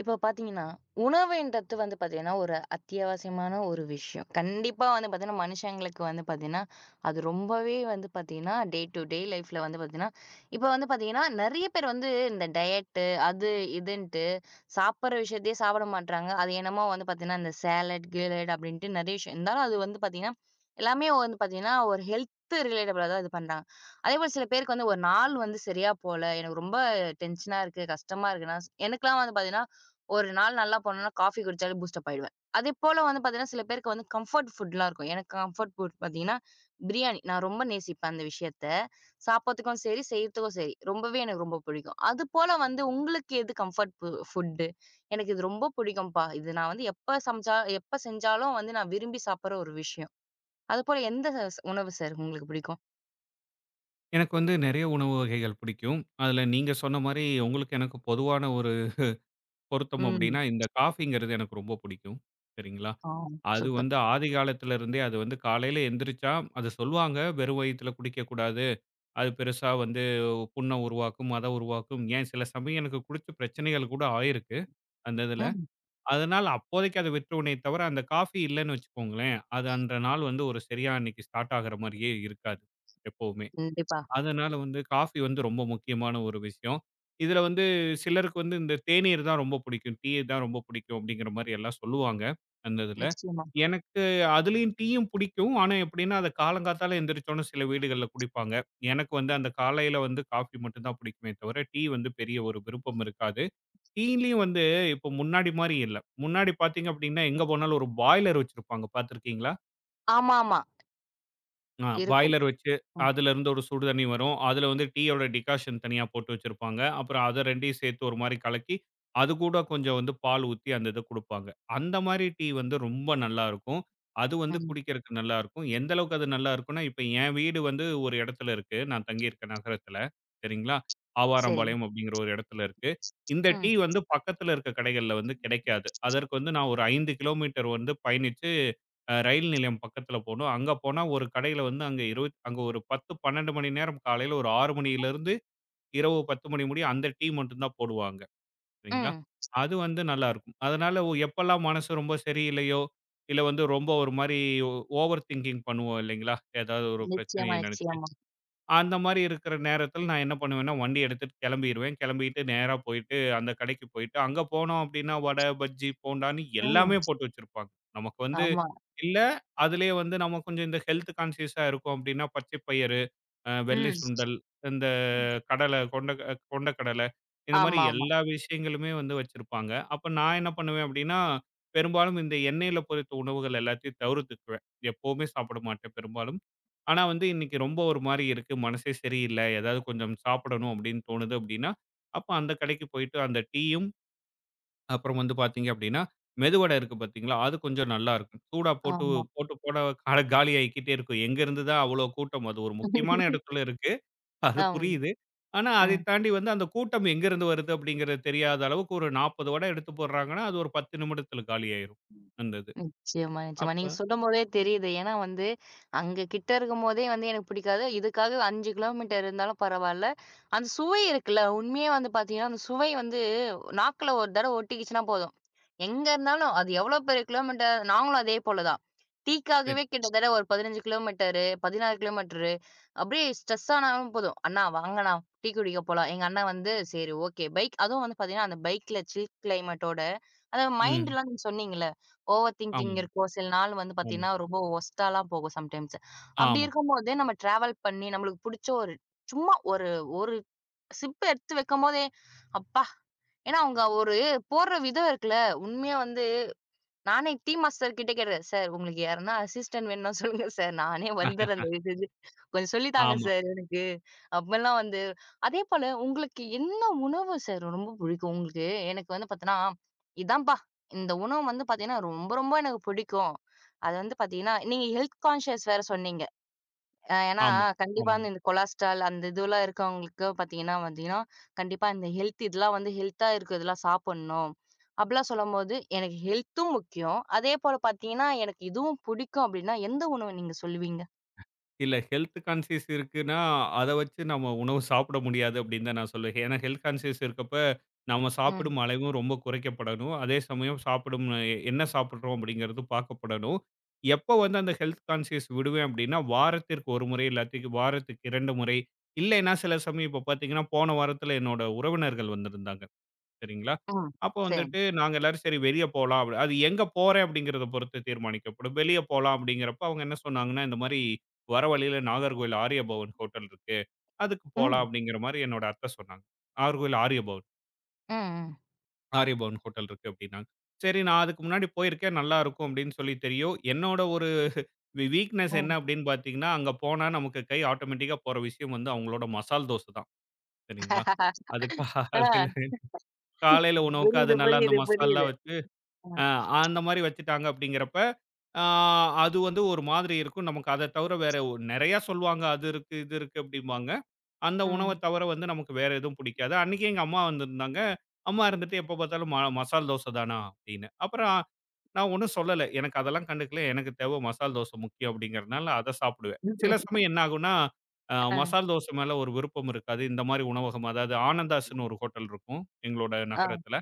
இப்போ பார்த்தீங்கன்னா, உணவுன்றது வந்து பார்த்தீங்கன்னா, ஒரு அத்தியாவசியமான ஒரு விஷயம். கண்டிப்பா வந்து பார்த்தீங்கன்னா, மனுஷங்களுக்கு வந்து பார்த்தீங்கன்னா, அது ரொம்பவே வந்து பார்த்தீங்கன்னா, டே டூ டே லைஃப்ல வந்து பார்த்தீங்கன்னா, இப்போ வந்து பார்த்தீங்கன்னா, நெறைய பேர் வந்து இந்த டயட்டு அது இதுன்ட்டு சாப்பிடுற விஷயத்தையே சாப்பிட மாட்றாங்க. அது என்னமோ வந்து பார்த்தீங்கன்னா, இந்த சேலட், கீலட் அப்படின்ட்டு நெறைய விஷயம். இருந்தாலும் அது வந்து பார்த்தீங்கன்னா, எல்லாமே வந்து பார்த்தீங்கன்னா, ஒரு ஹெல்த் ரிலேட்டபிளா தான் இது பண்றாங்க. அதேபோல சில பேருக்கு வந்து ஒரு நாள் வந்து சரியா போல. எனக்கு ரொம்ப டென்ஷனா இருக்கு, கஷ்டமா இருக்குன்னா எனக்கெல்லாம் வந்து பார்த்தீங்கன்னா, ஒரு நாள் நல்லா போனேன்னா, காஃபி குடிச்சாலே பூஸ்டப் ஆயிடுவேன். அதேபோல வந்து பார்த்தீங்கன்னா, சில பேருக்கு வந்து கம்ஃபோர்ட் ஃபுட்லாம் இருக்கும். எனக்கு கம்ஃபோர்ட் ஃபுட் பார்த்தீங்கன்னா, பிரியாணி. நான் ரொம்ப நேசிப்பேன் அந்த விஷயத்த. சாப்பாட்டுக்கும் சரி, செய்யறதுக்கும் சரி. ரொம்பவே எனக்கு ரொம்ப பிடிக்கும். அதுபோல வந்து உங்களுக்கு எது கம்ஃபோர்ட் ஃபுட்டு? எனக்கு இது ரொம்ப பிடிக்கும்ப்பா. இது நான் வந்து எப்ப சமைச்சா எப்ப செஞ்சாலும் வந்து நான் விரும்பி சாப்பிடுற ஒரு விஷயம். அதுபோல எந்த உணவு சார் உங்களுக்கு பிடிக்கும்? எனக்கு வந்து நெறைய உணவு வகைகள் பிடிக்கும். அதுல நீங்க சொன்ன மாரி உங்களுக்கு எனக்கு பொதுவான ஒரு பொருத்தம் ம். அப்டின்னா, இந்த காஃபிங்கிறது எனக்கு ரொம்ப பிடிக்கும். சரிங்களா? ஆ, அது சூப்பர். வந்து ஆதி காலத்துல இருந்தே அது வந்து காலையில எந்திரிச்சா அது சொல்லுவாங்க வெறும் வயித்துல குடிக்கக்கூடாது. அது பெருசா வந்து புண்ண உருவாக்கும், மத உருவாக்கும். ஏன் சில சமயம் எனக்கு குடிச்சு பிரச்சனைகள் கூட ஆயிருக்கு அந்த இதுல. ம். அதனால அப்போதைக்கு அத விட்டுருவனே தவிர, அந்த காஃபி இல்லன்னு வச்சுக்கோங்களேன், அது அந்த நாள் வந்து ஒரு சரியா அன்னைக்கு ஸ்டார்ட் ஆகுற மாரியே இருக்காது எப்பவுமே. கண்டிப்பா. அதனால வந்து காஃபி வந்து ரொம்ப முக்கியமான ஒரு விஷயம். இதுல வந்து சிலருக்கு வந்து இந்த தேநீர் தான் ரொம்ப பிடிக்கும். டீ தான் ரொம்ப பிடிக்கும் அப்படிங்கிற மாரி எல்லாம் சொல்லுவாங்க, அந்த இதுல. நிச்சயமா. எனக்கு அதுலயும் டீயும் பிடிக்கும். ஆனா எப்படின்னா, அத காலங்காத்தால எந்திரிச்சோன சில வீடுகள்ல குடிப்பாங்க. எனக்கு வந்து அந்த காலையில வந்து காஃபி மட்டும் தான் பிடிக்குமே தவிர, டீ வந்து பெரிய ஒரு விருப்பம் இருக்காது. டீலயும் வந்து இப்போ முன்னாடி மாரி இல்ல. முன்னாடி பார்த்தீங்க அப்படின்னா, எங்க போனாலும் ஒரு பாய்லர் வச்சிருப்பாங்க பார்த்திருக்கீங்களா? ஆமாமா. ஆ இருக்கும். பாய்லர் வச்சு ம். அதுலேருந்து ஒரு சுடு தண்ணி வரும். அதுல வந்து டீயோட டிகாஷன் தனியா போட்டு வச்சிருப்பாங்க. அப்புறம் அத 2யும் சேர்த்து ஒரு மாரி கலக்கி, அது கூட கொஞ்சம் வந்து பால் ஊத்தி அந்த இத குடுப்பாங்க. அந்த மாரி டீ வந்து ரொம்ப நல்லாருக்கும். அது வந்து ம். குடிக்கிறதுக்கு நல்லாருக்கும். எந்த அளவுக்கு அது நல்லாருக்கும்னா, இப்ப என் வீடு வந்து ஒரு இடத்துல இருக்கு. நான் தங்கியிருக்க நகரத்துல. சரிங்களா? சரிங்க. ஆவாரம்பாளையம் அப்படிங்கிற ஒரு இடத்துல இருக்கு. இந்த டீ ம். வந்து பக்கத்துல இருக்க கடைகள்ல வந்து கிடைக்காது. அதற்கு வந்து நான் ஒரு 5 கிலோமீட்டர் வந்து பயணிச்சு ரயில் நிலையம் பக்கத்துல போணும். அங்க போனா ஒரு கடையில வந்து அங்க ஒரு 10, 12 மணி நேரம் காலையில ஒரு 6 மணியிலிருந்து இரவு 10 மணி முடிய அந்த டீ மட்டும் தான் போடுவாங்க. சரிங்களா? ம். அது வந்து நல்லாருக்கும். அதனால எப்பல்லாம் மனசு ரொம்ப சரியில்லையோ, இல்ல வந்து ரொம்ப ஒரு மாரி ஓ ஓவர் திங்கிங் பண்ணுவோம் இல்லைங்களா? ஏதாவது ஒரு நிச்சயமா, பிரச்சனைய நெனச்சு. நிச்சயமா. அந்த மாரி இருக்கிற நேரத்துல நான் என்ன பண்ணுவேன்னா, வண்டி எடுத்துட்டு கெளம்பிருவேன். கெளம்பிட்டு நேரா போயிட்டு அந்த கடைக்கு போயிட்டு, அங்க போனோம் அப்டின்னா வடை, பஜ்ஜி, போண்டான்னு எல்லாமே ம். போட்டு வச்சிருப்பாங்க. நமக்கு வந்து ஆமா. இல்ல, அதிலேயே வந்து நம்ம கொஞ்சம் இந்த ஹெல்த் கான்ஷியஸா இருக்கோம் அப்படின்னா, பச்சை பயிறு, வெள்ளை ம். சுண்டல், இந்த கடலை, கொண்டைக்கடலை இந்த மாரி ஆமாமா. எல்லா விஷயங்களுமே வந்து வச்சிருப்பாங்க. அப்ப நான் என்ன பண்ணுவேன் அப்படின்னா, பெரும்பாலும் இந்த எண்ணெயில பொரித்த உணவுகள் எல்லாத்தையும் தவிர்த்துக்குவேன். எப்பவுமே சாப்பிட மாட்டேன் பெரும்பாலும். ஆனா வந்து இன்னைக்கு ரொம்ப ஒரு மாரி இருக்கு, மனசே சரியில்ல, ஏதாவது கொஞ்சம் சாப்பிடணும் அப்படின்னு தோணுது அப்படின்னா, அப்ப அந்த கடைக்கு போயிட்டு அந்த டீயும் அப்புறம் வந்து பார்த்தீங்க அப்படின்னா, மெதுவடை இருக்கு பார்த்தீங்களா? அது கொஞ்சம் நல்லாருக்கும். சூடா போட்டு ஆமா. போட்டு போட கால காலி ஆயிக்கிட்டே இருக்கும். எங்கேருந்து தான் அவ்வளோ கூட்டம்? அது ஒரு முக்கியமான இடத்துல இருக்கு. அது ஆமா. ஆமா. புரியுது. ஆனா, அ. அதைத் தாண்டி வந்து அந்த கூட்டம் எங்கேருந்து வருது அப்படிங்கிறது தெரியாத அளவுக்கு ஒரு 40 வடை எடுத்து போடுறாங்கன்னா, அது ஒரு 10 நிமிடத்துல காலியாயிரும். அந்த இது. நிச்சயமா, நிச்சயமா. அப்ப நீங்க சொல்லும்போதே தெரியுது. ஏன்னா வந்து, அங்க கிட்ட இருக்கும்போதே வந்து எனக்கு பிடிக்காது. இதுக்காக 5 கிலோமீட்டர் இருந்தாலும் பரவால்ல. அந்த சுவை இருக்குல்ல, உண்மையே வந்து பார்த்தீங்கன்னா, அந்த சுவை வந்து நாக்குல ஒரு தடவ ஒட்டிக்கிச்சுன்னா போதும். எங்க இருந்தாலும் அது எவ்வளோ பெரிய கிலோமீட்டர், நாங்களும் அதே போல தான். சரி. டீக்காகவே கிட்டத்தட்ட ஒரு 15 கிலோமீட்டரு, 16 கிலோமீட்டரு அப்படியே ஸ்ட்ரெஸ் ஆனாலும் போதும். "அண்ணா வாங்கண்ணா, டீ குடிக்க போலாம்." எங்க அண்ணா வந்து, "சரி ஓகே." பைக் அதுவும் வந்து பார்த்தீங்கன்னா, அந்த பைக்ல சில் கிளைமேட்டோட, அந்த ம். மைண்ட்லாம் நீங்க சொன்னீங்கல்ல, ஓவர் திங்கிங் ஆமாங்க. இருக்கும். சில நாள் வந்து ஆமா. பார்த்தீங்கன்னா, ரொம்ப வொர்ஸ்ட்டாலாம் போகும் சம்டைம்ஸ். அப்படி ஆமாங்க. இருக்கும்போது நம்ம டிராவல் பண்ணி நம்மளுக்கு புடிச்ச ஒரு சும்மா ஒரு ஒரு சிப் எடுத்து வைக்கும்போதே, அப்பா! ஏன்னா அவங்க ஒரு போடுற விதம் இருக்குல்ல, உண்மையா வந்து நானே டீ மாஸ்டர் கிட்ட கேட்டேன். சார் உங்களுக்கு யாருன்னா அசிஸ்டன்ட் வேணும்னா சொல்லுங்க சார். நானே வந்துர்றேன் தயவு செஞ்சு. கொஞ்சம் சொல்லி ஆஹா, தாங்க ஆமா. சார் எனக்கு. அப்பலாம் வந்து அதே போல உங்களுக்கு என்ன உணவு சார் ரொம்ப பிடிக்கும் உங்களுக்கு? எனக்கு வந்து பார்த்தீங்கன்னா, இதான்ப்பா இந்த உணவு வந்து பார்த்தீங்கன்னா, ரொம்ப ரொம்ப எனக்கு பிடிக்கும். அது வந்து பார்த்தீங்கன்னா, நீங்க ஹெல்த் கான்ஷியஸ் வேற சொன்னீங்க. அ ஏன்னா, ஆமா. ஆமா. கண்டிப்பா ஆமாங்க. வந்து இந்த கொலஸ்ட்ரால் அந்த இதுவெல்லாம் இருக்கவங்களுக்கு பார்த்தீங்கன்னா பார்த்தீங்கன்னா, கண்டிப்பா இந்த ஹெல்த் இதெல்லாம் வந்து ஹெல்த்தா இருக்கிறதெல்லாம் சாப்பிடணும். அப்படிலாம் சொல்லும்போது, எனக்கு ஹெல்த்தும் முக்கியம். அதேபோல பார்த்தீங்கன்னா, எனக்கு இதுவும் பிடிக்கும் அப்படின்னா, எந்த உணவு நீங்க சொல்லுவீங்க? இல்ல ஹெல்த் கான்ஷியஸ் இருக்குன்னா, அத வச்சு நம்ம உணவு சாப்பிட முடியாது அப்படின்னு தான் நான் சொல்லுவேன். ஏன்னா ஹெல்த் கான்ஷியஸ் இருக்கப்ப, நம்ம ம், சாப்பிடும் அளவும் ரொம்ப குறைக்கப்படணும். அதே சமயம் சாப்பிடும் என்ன சாப்பிடுறோம் அப்படிங்கிறது பார்க்கப்படணும். எப்போ வந்து அந்த ஹெல்த் கான்ஷியஸ் விடுவேன் அப்படின்னா, வாரத்திற்கு 1 முறை இல்லாட்டி வாரத்துக்கு 2 முறை, இல்லைன்னா சில சமயம் இப்போ பார்த்தீங்கன்னா, போன வாரத்தில என்னோட உறவினர்கள் வந்திருந்தாங்க. சரிங்களா? ம். அப்போ சரிங்க. வந்துட்டு நாங்க எல்லாரும் சரி வெளிய போலாம். அப்படி அது எங்க போறேன் அப்படிங்கிறத பொறுத்து தீர்மானிக்கப்படும். வெளிய போலாம் அப்படிங்கிறப்ப அவங்க என்ன சொன்னாங்கன்னா, இந்த மாரி வர வழியில நாகர்கோவில் ஆரியபவன் ஹோட்டல் இருக்கு. அதுக்கு போலாம் ம், அப்படிங்கிற மாரி என்னோட அத்தை சொன்னாங்க. நாகர்கோவில் ஆரியபவன். ம், ம். ஆரியபவன் ஹோட்டல் இருக்கு அப்படின்னாங்க. சரி நான் அதுக்கு முன்னாடி போயிருக்கேன். நல்லாருக்கும் அப்படின்னு சொல்லி தெரியும். என்னோட ஒரு வீக்னஸ் என்ன ம். அப்படின்னு பார்த்தீங்கன்னா, அங்க போனா நமக்கு கை ஆட்டோமேட்டிக்கா போற விஷயம் வந்து அவங்களோட மசால் தோசை தான். சரிங்களா? அது ஆ, காலையில காலையில உணவுக்கு அது புரியுது, நல்லா அந்த புரியுது, மசால்லாம் புரியுது. வச்சு ம், அ அந்த மாரி வச்சுட்டாங்க அப்படிங்கிறப்ப, ஆ அது வந்து ஒரு மாதிரி இருக்கும். நமக்கு அத தவிர வேற நெறையா சொல்லுவாங்க. அது இருக்கு, இது இருக்கு அப்படிம்பாங்க. அந்த உணவ ம். தவிர வந்து நமக்கு வேற எதுவும் பிடிக்காது. அன்னைக்கு எங்க அம்மா வந்திருந்தாங்க. அம்மா இருந்துட்டு எப்ப பார்த்தாலும் மசால் தோசை தானா அப்படின்னு. அப்புறம் நான் ஒண்ணும் சொல்லல. எனக்கு அதெல்லாம் கண்டுக்கல. எனக்கு தேவ மசால் தோசை முக்கியம் அப்படிங்கிறதுனால அத சாப்பிடுவேன். சில சமயம் என்ன ஆகும்னா, ஆ, மசால் தோசை மேல ஒரு விருப்பம் இருக்காது. இந்த மாரி உணவகம் அதாவது ஆனந்தாஸ்ன்னு ஒரு ஹோட்டல் இருக்கும், எங்களோட ஆ, நகரத்துல.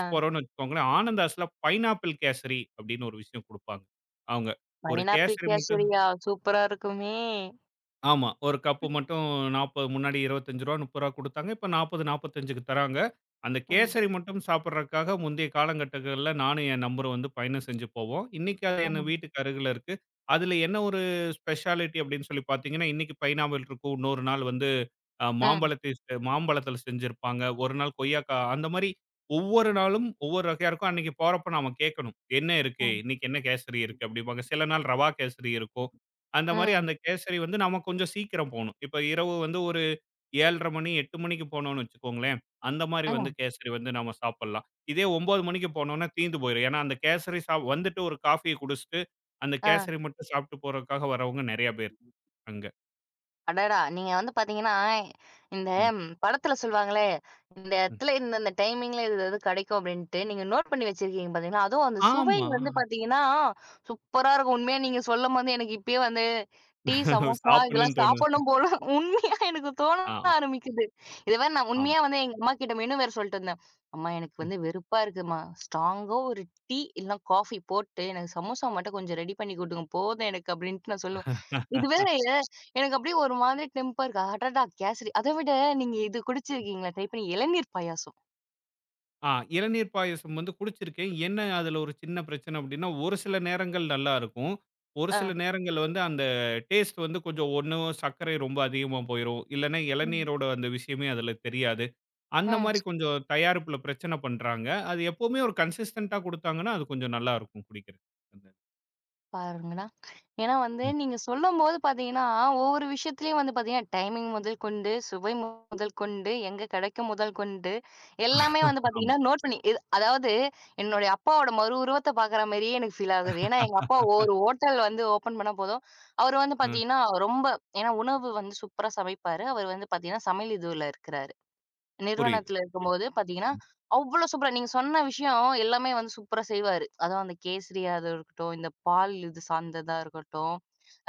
ஆ. போறோம்ன்னு வச்சுக்கோங்களேன். ஆனந்தாஸ்ல பைனாப்பிள் கேசரி அப்படின்னு ஒரு விஷயம் குடுப்பாங்க. அவங்க. ஒரு பைனாப்பிள் கேசரி மட்டும் கேசரியா? சூப்பரா இருக்குமே! ஆமா. ஒரு கப்பு மட்டும் 40 முன்னாடி ரூ. 25 ரூ. 30 குடுத்தாங்க. இப்ப 40, 45க்கு தராங்க. அந்த ம், கேசரி மட்டும் சாப்பிடுறதுக்காக முந்தைய காலங்கட்டங்கள்ல நானும் என் நண்பரும் வந்து பயணம் செஞ்சு போவோம். இன்னைக்கு அது எங்க ம், ம், வீட்டுக்கு அருகில இருக்கு. அதுல என்ன ஒரு ஸ்பெஷாலிட்டி அப்படின்னு சொல்லி பார்த்தீங்கன்னா, இன்னைக்கு பைனாப்பிள் இருக்கும். இன்னொரு நாள் வந்து அ ம், மாம்பழத்தை செ மாம்பழத்தில செஞ்சிருப்பாங்க. ஒரு நாள் கொய்யாக்கா அந்த மாரி ஒவ்வொரு நாளும் ஒவ்வொரு வகையா இருக்கும். அன்னைக்கு போறப்ப நாம கேட்கணும். என்ன இருக்கு? ம், இன்னைக்கு என்ன கேசரி இருக்கு? அப்படிம்பாங்க. சில நாள் ரவா கேசரி இருக்கும். அந்த மாரி அந்த கேசரி வந்து நாம கொஞ்சம் சீக்கிரம் போணும். இப்ப இரவு வந்து ஒரு 7:30 மணி, 8 மணிக்கு போனோம்னு வச்சுக்கோங்களேன். அந்த மாரி வந்து ம். கேசரி வந்து நாம சாப்பிடலாம். இதே 9 மணிக்கு போனோம்னா தீந்து போயிரும். ஏன்னா அந்த கேசரி வந்துட்டு ஒரு காஃபிய குடிச்சுட்டு, அந்த ஆ. கேசரி மட்டும் சாப்பிட்டு போறதுக்காக வரவங்க நெறைய பேர் அங்க. அடடா! நீங்க வந்து பார்த்தீங்கன்னா, இந்த ம், படத்துல சொல்லுவாங்களே, இந்த ம். இடத்துல இந்த இந்த டைமிங்ல இது இது கிடைக்கும் அப்டின்ட்டு, நீங்க நோட் பண்ணி வச்சிருக்கீங்க பார்த்தீங்களா, அதுவும் அந்த சுவை ஆமா. வந்து பார்த்தீங்கன்னா, சூப்பரா இருக்கும். உண்மையா நீங்க சொல்லும்போது எனக்கு இப்பயே வந்து டீ, சமோசா இதெல்லாம் சாப்பிடணும்னு தோணுது. சாப்பிடணும் போல உண்மையா எனக்கு தோண ஆ, ஆரம்பிக்குது. இது வேற நான் ஆமா. உண்மையா வந்து எங்க அம்மா கிட்ட மெனு வேற சொல்லிட்டு இருந்தேன். அம்மா எனக்கு வந்து வெறுப்பா இருக்கும்மா. ஸ்ட்ராங்கா ஒரு டீ இல்லனா காஃபி போட்டு எனக்கு சமோசா மட்டும் கொஞ்சம் ரெடி பண்ணி குடுங்க போதும் எனக்கு அப்டின்ட்டு நான் சொல்லுவேன். இது வேற எனக்கு அப்படியே ஒரு மாதிரி டெம்பர். அடடா! கேசரி. அத விட நீங்க இது குடிச்சிருக்கீங்களா? ட்ரை பண்ணி இளநீர் பாயாசம். ஆ இளநீர் பாயாசம் வந்து குடிச்சிருக்கேன். என்ன அதுல ஒரு சின்ன பிரச்சனை அப்டின்னா, ஒரு சில நேரங்கள் நல்லா இருக்கும். ஒரு ஆ. சில நேரங்கள்ல வந்து அந்த டேஸ்ட் வந்து கொஞ்சம் ஒண்ணு சர்க்கரை ரொம்ப அதிகமா போயிரும். இல்லன்னா ம். இளநீரோட அந்த விஷயமே அதுல தெரியாது. அந்த ம். மாரி கொஞ்சம் தயாரிப்புல பிரச்சனை பண்றாங்க. அது எப்பவுமே ஒரு கன்சிஸ்டன்ட்டா குடுத்தாங்கன்னா, அது கொஞ்சம் நல்லா இருக்கும் குடிக்கிறதுக்கு. அந்த பாருங்களா! ஏன்னா வந்து நீங்க சொல்லும்போது பார்த்தீங்கன்னா, ஒவ்வொரு விஷயத்துலயும் வந்து பார்த்தீங்கன்னா, டைமிங் முதல் கொண்டு, சுவை முதல் கொண்டு, எங்க கிடைக்கும் முதல் கொண்டு, எல்லாமே வந்து ஆமா. பார்த்தீங்கன்னா, நோட் பண்ணி இது அதாவது என்னுடைய அப்பாவோட மறு உருவத்த பார்க்குற மாரியே எனக்கு ஃபீல் ஆகுது. ஏன்னா எங்க அப்பா ஒரு ஹோட்டல் வந்து ஓப்பன் பண்ணா போதும், அவரு வந்து ம். பார்த்தீங்கன்னா, ரொம்ப ஏன்னா உணவு வந்து சூப்பரா சமைப்பாரு. அவரு வந்து பார்த்தீங்கன்னா, சமையல் இதுல இருக்கிறாரு. புரியுது, நிறுவனத்துல புரியுது. இருக்கும்போது பார்த்தீங்கன்னா, ம். அவ்ளோ சூப்பரா நீங்க சொன்ன விஷயம் எல்லாமே வந்து சூப்பரா செய்வாரு. அதுவும் அந்த கேசரியா அது இருக்கட்டும், இந்த பால் இது சார்ந்ததா இருக்கட்டும்,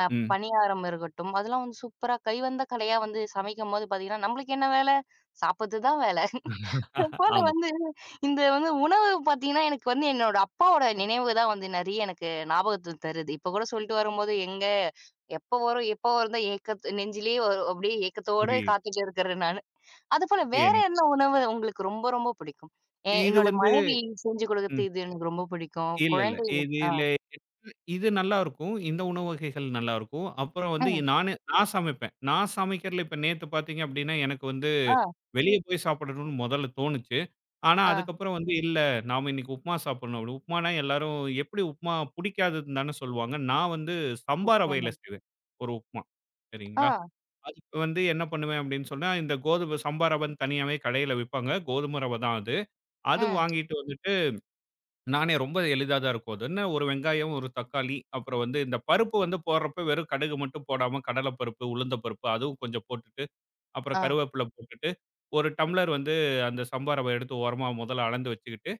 அ ம். பணியாரம் இருக்கட்டும், அதெல்லாம் வந்து சூப்பரா கைவந்த கலையா வந்து சமைக்கும்போது பார்த்தீங்கன்னா, நம்மளுக்கு என்ன வேல? சாப்பிடுறது தான் வேல. போல ஆமா. வந்து இந்த வந்து உணவு பார்த்தீங்கன்னா, எனக்கு வந்து என்னோட அப்பாவோட நினைவு தான் வந்து நெறைய எனக்கு ஞாபகத்த தருது. இப்ப கூட சொல்லிட்டு வரும்போது, "எங்க எப்போ வரும்? எப்போ வரும்?" தான் ஏக்கத் நெஞ்சிலேயே ஒரு அப்படியே ஏக்கத்தோட புரியுது. காத்துட்டு இருக்கிறேன் நானு. அதுபோல வேற எனக்கு என்ன உணவு உங்களுக்கு ரொம்ப, ரொம்ப பிடிக்கும்? இது என்னோட வந்து மனைவி செஞ்சு ம். குடுக்கறது இது எனக்கு ரொம்ப பிடிக்கும். இல்ல, இல்ல. குழந்தை. இது ஆ, இதுல இது நல்லாருக்கும். இந்த உணவு வகைகள் நல்லாருக்கும். அப்புறம் வந்து ம், நான் சமைப்பேன். நான் சமைக்கிறதுல இப்ப நேத்து பார்த்தீங்க அப்டின்னா, எனக்கு வந்து ஆ, வெளிய போய் சாப்பிடணும்னு மொதல்ல தோணுச்சு. ஆனா ஆ, அதுக்கப்புறம் வந்து இல்ல நாம இன்னைக்கு உப்மா சாப்பிடணும் அப்டி. உப்மானா எல்லாரும் எப்டி உப்மா புடிக்காதுன்னு தானே சொல்லுவாங்க. நான் வந்து சம்பா நிச்சயமா. ரவையில செய்வேன் ஒரு உப்மா. ஆ, சரிங்களா? அதுக்கு வந்து என்ன பண்ணுவேன் அப்டின்னு சொன்னா, இந்த கோதுமை சம்பா ரவைன்னு தனியாவே கடையில விப்பாங்க. கோதுமை ரவை தான் அது. அது ம், வாங்கிட்டு வந்துட்டு நானே ரொம்ப எளிதா தான் இருக்கும். அது என்ன ஒரு வெங்காயம், ஒரு தக்காளி, அப்புறம் வந்து இந்த பருப்பு வந்து போடுறப்ப வெறும் கடுகு மட்டும் போடாம கடலை பருப்பு, உளுந்த பருப்பு அதுவும் கொஞ்சம் போட்டுட்டு, அப்புறம் ஆ, கருவேப்பிலை போட்டுட்டு, ஒரு டம்ளர் வந்து அந்த சம்பா ரவை எடுத்து ஓரமா முதல்ல அளந்து வச்சுக்கிட்டு,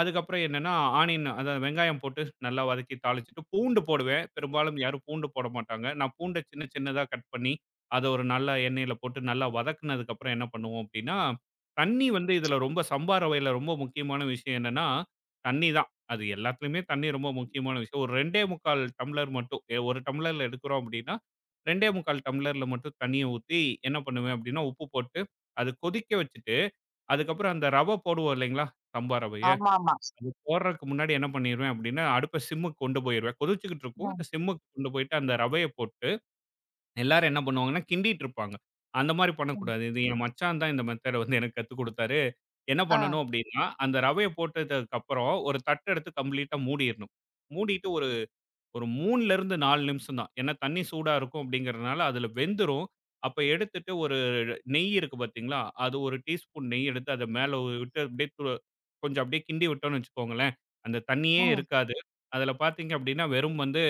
அதுக்கப்புறம் என்னன்னா, ஆனியன் அதான் வெங்காயம் போட்டு நல்லா வதக்கி தாளிச்சுட்டு, பூண்டு போடுவேன். பெரும்பாலும் யாரும் பூண்டு போட மாட்டாங்க. நான் பூண்ட சின்ன சின்னதா கட் பண்ணி, அத ஒரு நல்ல எண்ணெயில போட்டு நல்லா வதக்குனதுக்கப்புறம் என்ன பண்ணுவோம் அப்டின்னா, தண்ணி வந்து இதுல ரொம்ப சம்பா ரவையில ரொம்ப முக்கியமான விஷயம் என்னன்னா, தண்ணி தான். அது எல்லாத்துலயுமே தண்ணி ரொம்ப முக்கியமான விஷயம். ஒரு 2 1/4 டம்ளர் மட்டும். 1 டம்ளர்ல எடுக்கிறோம் அப்டின்னா, 2 1/4 டம்ளர்ல மட்டும் தண்ணிய ஊத்தி என்ன பண்ணுவேன் அப்டின்னா, உப்பு போட்டு, அது கொதிக்க வச்சுட்டு, அதுக்கப்புறம் அந்த ரவ போடுவோம் இல்லைங்களா? சம்பா ரவை. ஆமாமா. இது போடுறதுக்கு முன்னாடி என்ன பண்ணிருவேன் அப்படின்னா, அடுப்ப சிம்முக்கு கொண்டு போயிருவேன். கொதிச்சுக்கிட்டு இருக்கும். ம், அந்த சிம்முக்கு கொண்டு போயிட்டு அந்த ரவைய போட்டு, எல்லாரும் என்ன பண்ணுவாங்கன்னா, கிண்டிட்டு இருப்பாங்க. அந்த மாரி ம், பண்ணக்கூடாது. இது என் மச்சான் தான் இந்த மெத்தேட வந்து எனக்கு கத்துக் குடுத்தாரு. என்ன ஆ, பண்ணணும் அப்படின்னா, அந்த ரவைய போட்டதுக்கு அப்புறம் ஒரு தட்டு எடுத்து கம்ப்ளீட்டா மூடிறணும். மூடிட்டு ஒரு ஒரு 3ல இருந்து 4 நிமிஷம் தான். ஏன்னா தண்ணி சூடா இருக்கும் அப்படிங்கிறதுனால, அதுல வெந்துரும். அப்ப எடுத்துட்டு ஒரு நெய் இருக்கு பார்த்தீங்களா, அது 1 டீஸ்பூன் நெய் எடுத்து அத மேல விட்டு அப்படியே கொஞ்சம் அப்படியே கிண்டி விட்டோம்னு வச்சுக்கோங்களேன், அந்த தண்ணியே ம், இருக்காது. அதில பார்த்தீங்க அப்படின்னா, வெறும் வந்து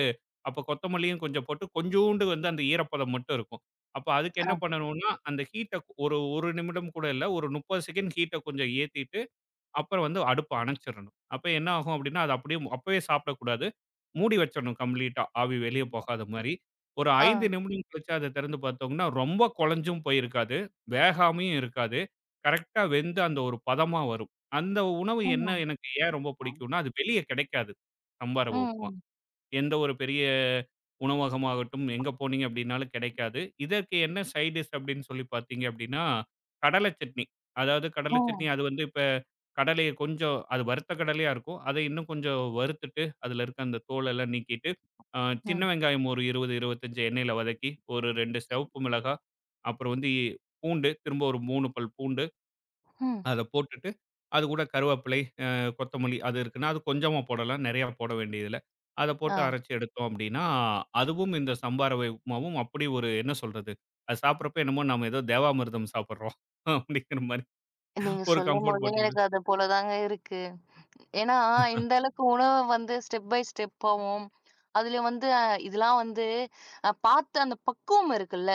அப்ப கொத்தமல்லியும் கொஞ்சம் போட்டு கொஞ்சூண்டு வந்து அந்த ஈரப்பதம் மட்டும் இருக்கும். அப்ப அதுக்கு என்ன ஆ, பண்ணணும்னா, அந்த ஹீட்ட ஒரு 1 நிமிடம் கூட இல்ல, ஒரு 30 செகண்ட் ஹீட்ட கொஞ்சம் ஏத்திட்டு அப்புறம் வந்து அடுப்ப அணைச்சிரணும். அப்ப என்ன ஆகும் அப்படின்னா, அது அப்படியே அப்பவே சாப்பிடக்கூடாது. மூடி வச்சிரணும் கம்ப்ளீட்டா. ஆவி வெளிய போகாத மாரி. ஒரு ஆ, 5 நிமிடம் கழிச்சு அத திறந்து பார்த்தோம்னா, ரொம்ப குழஞ்சும் போயிருக்காது. வேகாமையும் இருக்காது. கரெக்ட்டா வெந்து அந்த ஒரு பதமா வரும். அந்த உணவு என்ன ம், எனக்கு ஏன் ரொம்ப ம், பிடிக்கும்னா, அது வெளிய கிடைக்காது. சம்பார உப்புமா. எந்த ஒரு பெரிய உணவகமாகட்டும், எங்க போனீங்க அப்படின்னாலும் கிடைக்காது. இதற்கு என்ன சைட் டிஷ் அப்படின்னு சொல்லி பார்த்தீங்க அப்படின்னா, கடலை சட்னி. அதாவது கடலை சட்னி ம், அது வந்து இப்ப கடலைய கொஞ்சம் அது வறுத்த கடலையா இருக்கும். அதை இன்னும் கொஞ்சம் வறுத்துட்டு, அதில இருக்க அந்த தோல் எல்லாம் நீக்கிட்டு, அ சின்ன ம், வெங்காயம் ஒரு 20, 25 எண்ணெயில வதக்கி, ஒரு 2 சிவப்பு மிளகாய், அப்புறம் வந்து பூண்டு, திரும்ப ஒரு 3 பல் பூண்டு ம், அத போட்டுட்டு, அது கூட கருவேப்பிலை, அ கொத்தமல்லி அது இருக்குன்னா, அது கொஞ்சமா போடலாம். நெறையா போட வேண்டியதில்ல. அத போட்டு ஆ. அரைச்சு எடுத்தோம் அப்டின்னா, அதுவும் இந்த சம்பா ரவை உப்மாவும் அப்படி ஒரு என்ன சொல்றது? அது சாப்பிடுறப்ப என்னமோ நம்ம ஏதோ தேவாமிர்தம் சாப்பிடுறோம் அப்படிங்கிற மாரி நீங்க ஒரு கம்ஃபோர்ட் சொல்லும்போதே போட்டு விடு எனக்கு அது போல தாங்க இருக்கு. ஏன்னா, இந்த அளவுக்கு உணவ வந்து ஸ்டெப் பை ஸ்டெப்பாவும், அதுலயும் வந்து இதெல்லாம் வந்து அ பார்த்து அந்த பக்குவம் இருக்குல்ல.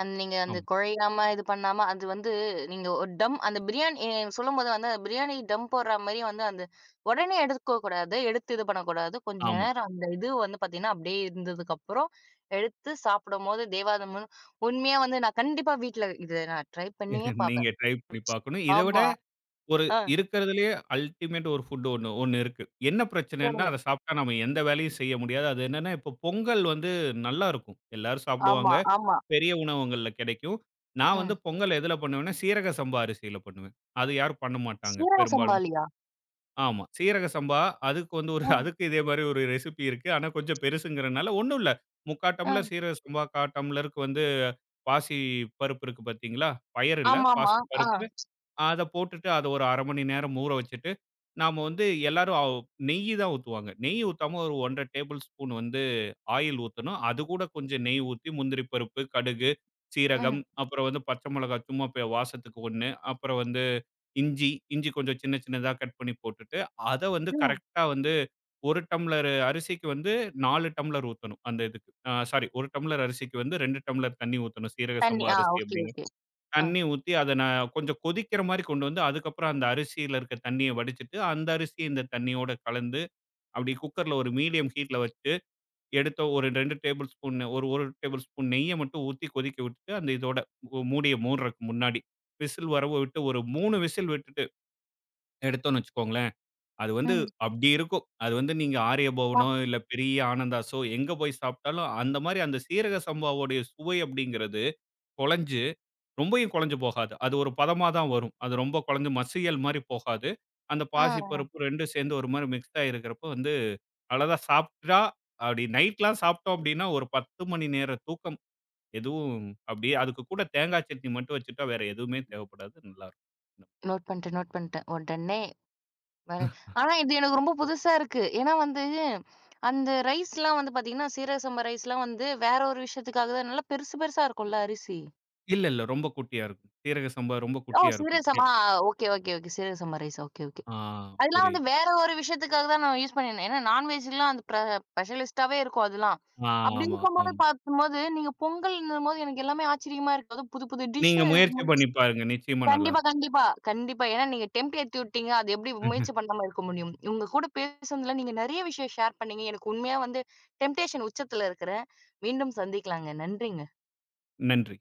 அந்த நீங்க அந்த ஆமா, குழையாம இது பண்ணாம, அது வந்து நீங்க ஒரு டம் அந்த பிரியாணி சொல்லும்போது வந்து அந்த பிரியாணி டம் போடுற மாரி வந்து அந்த உடனே எடுக்கக்கூடாது. எடுத்து இது பண்ணக்கூடாது. கொஞ்ச ஆமா. நேரம் அந்த இது வந்து பார்த்தீங்கன்னா, அப்படியே இருந்ததுக்கப்புறம் எடுத்து சாப்பிடும்போது தேவாதம்ன்னு உண்மையா வந்து நான் கண்டிப்பா வீட்ல இத நான் ட்ரை பண்ணியே நீங்க பார்ப்பேன். ட்ரை பண்ணி பார்க்கணும். இத விட ஆமா. ஒரு ஆ, இருக்கிறதுலயே அல்டிமேட் ஒரு ஃபுட் ஒண்ணு ஒண்ணு இருக்கு. என்ன பிரச்சனைன்னா, சொல்லுங்க. அத சாப்பிட்டா நம்ம எந்த வேலையும் செய்ய முடியாது. அது என்னன்னா, இப்போ பொங்கல் வந்து நல்லாருக்கும். எல்லாரும் ஆமா, சாப்பிடுவாங்க. ஆமா. பெரிய உணவகங்கள்ல கிடைக்கும். நான் ம். வந்து பொங்கல் எதுல பண்ணுவேன்னா, சீரக சம்பா அரிசியில பண்ணுவேன். அது யாரும் பண்ண மாட்டாங்க சீரக பெரும்பாலும். சம்பாலியா? ஆமா. சீரக சம்பா அதுக்கு வந்து ஒரு ம், அதுக்கு இதே மாரி ஒரு ரெசிபி இருக்கு. ஆனா கொஞ்சம் பெருசுங்கிறனால ஒண்ணும் இல்ல. 3/4 ம். டம்ளர் சீரக சம்பா, 1/4 டம்ளருக்கு வந்து பாசி பருப்பு இருக்கு பார்த்தீங்களா? பயறு இல்ல. ஆமாமா. பாசி ஆ. பருப்பு. அத போட்டுட்டு அத ஒரு 1/2 மணி நேரம் ஊற வச்சுட்டு, நாம வந்து எல்லாரும் நெய்யி தான் ஊத்துவாங்க. நெய் ஊத்தாம ஒரு 1 1/2 டேபிள் ஸ்பூன் வந்து ஆயில் ஊத்தணும். அது கூட கொஞ்சம் நெய் ஊத்தி முந்திரி பருப்பு, கடுகு, சீரகம், ம், அப்புறம் வந்து பச்சை மிளகாய் சும்மா வாசத்துக்கு 1, அப்புறம் வந்து இஞ்சி, இஞ்சி கொஞ்சம் சின்ன சின்னதா கட் பண்ணி போட்டுட்டு, அத வந்து ம். கரெக்ட்டா வந்து 1 டம்ளர் அரிசிக்கு வந்து 4 டம்ளர் ஊத்தணும் அந்த இதுக்கு. அ சாரி 1 டம்ளர் அரிசிக்கு வந்து 2 டம்ளர் தண்ணி ஊத்தணும். சீரக தண்ணி. சம்பா ஆ. அரிசி ஓகே, அப்படிங்க. ஓகே. ஆ. தண்ணி ஊத்தி அத நான் கொஞ்சம் கொதிக்கிற மாரி கொண்டு வந்து, அதுக்கப்புறம் அந்த அரிசியில இருக்க தண்ணிய வடிச்சுட்டு, அந்த அரிசிய இந்த தண்ணியோட கலந்து, அப்படி குக்கர்ல ஒரு மீடியம் ஹீட்ல வச்சு எடுத்த ஒரு 2 டேபிள் ஸ்பூன் ஒரு 1 டேபிள் ஸ்பூன் நெய்ய மட்டும் ஊத்தி கொதிக்க விட்டுட்டு, அந்த இதோட மூ- மூடிய மூடுறக்கு முன்னாடி, விசில் வரவு விட்டு ஒரு 3 விசில் விட்டுட்டு எடுத்தோம்னு வச்சுக்கோங்களேன், அது வந்து ம். அப்படி இருக்கும். அது வந்து நீங்க ஆரிய பா. பவனோ, இல்ல பெரிய ஆனந்தாஸோ எங்க போய் சாப்பிட்டாலும் அந்த மாரி அந்த சீரக சம்பாவோடைய சுவை அப்படிங்கிறது குழஞ்சு ரொம்பயும் குழஞ்சு போகாது. அது ஒரு பதமா தான் வரும். அது ரொம்ப குழஞ்சு மசியல் மாரி போகாது. அந்த பாசி ஆ. பருப்பு 2 சேர்ந்து ஒரு மாரி மிக்ஸ் ஆயிருக்கிறப்ப வந்து அவ்வளவு தான் சாப்பிட்டா அப்படி நைட்லாம் சாப்பிட்டோம் அப்படின்னா, ஒரு 10 மணி நேர தூக்கம். எதுவும் அப்படியே அதுக்கு கூட தேங்காய் சட்னி மட்டும் வச்சுட்டா வேற எதுவுமே தேவைப்படாது. நல்லாருக்கும். நோட் பண்ணிட்டேன், நோட் பண்ணிட்டேன். உடனே வர ஆனா இது எனக்கு ரொம்ப புதுசா இருக்கு. ஏன்னா வந்து, அந்த ரைஸ்லாம் வந்து பாத்தீங்கன்னா, சீரக சம்பா ரைஸ்லாம் வந்து வேற ஒரு விஷயத்துக்காக தான் நல்லா பெருசு பெருசா இருக்கும்ல அரிசி. இல்ல, இல்ல. ரொம்ப குட்டியா இருக்கும். சீரக சம்பா ரொம்ப ஓ! குட்டியா சீரக இருக்கும். சம்பா ஓகே, ஓகே, ஓகே. சீரக சம்பா ரைஸ். Okay, okay. ஆ அதெல்லாம் வந்து புரியுது. வேற ஒரு விஷயத்துக்காக தான் நான் யூஸ் பண்ணியிருந்தேன். ஏன்னா நான்வெஜ்லாம் அந்த ஸ்பெஷலிஸ்ட்டாவே இருக்கும் அதெல்லாம். ஆ, அப்படி ஆமா, ஆமா. இருக்கும்போது பார்க்கும்போது, நீங்க பொங்கல்ன்னும்போது எனக்கு எல்லாமே ஆச்சரியமா இருக்கு. அதுவும் புது புது நீங்க டிஷ்ஷு முயற்சி பண்ணி பாருங்க. நிச்சயமா கண்டிப்பா, நல்லாருக்கும். கண்டிப்பா. கண்டிப்பா. ஏன்னா நீங்க டெம்ப் ஏத்தி விட்டீங்க. அது எப்படி முயற்சி பண்ணாம இருக்க முடியும்? உங்க கூட பேசுனதுல நீங்க நெறைய விஷயம் ஷேர் பண்ணீங்க. எனக்கு உண்மையா வந்து டெம்ப்டேஷன் உச்சத்துல இருக்கிறேன். மீண்டும் சந்திக்கலாங்க. நன்றிங்க. நன்றி.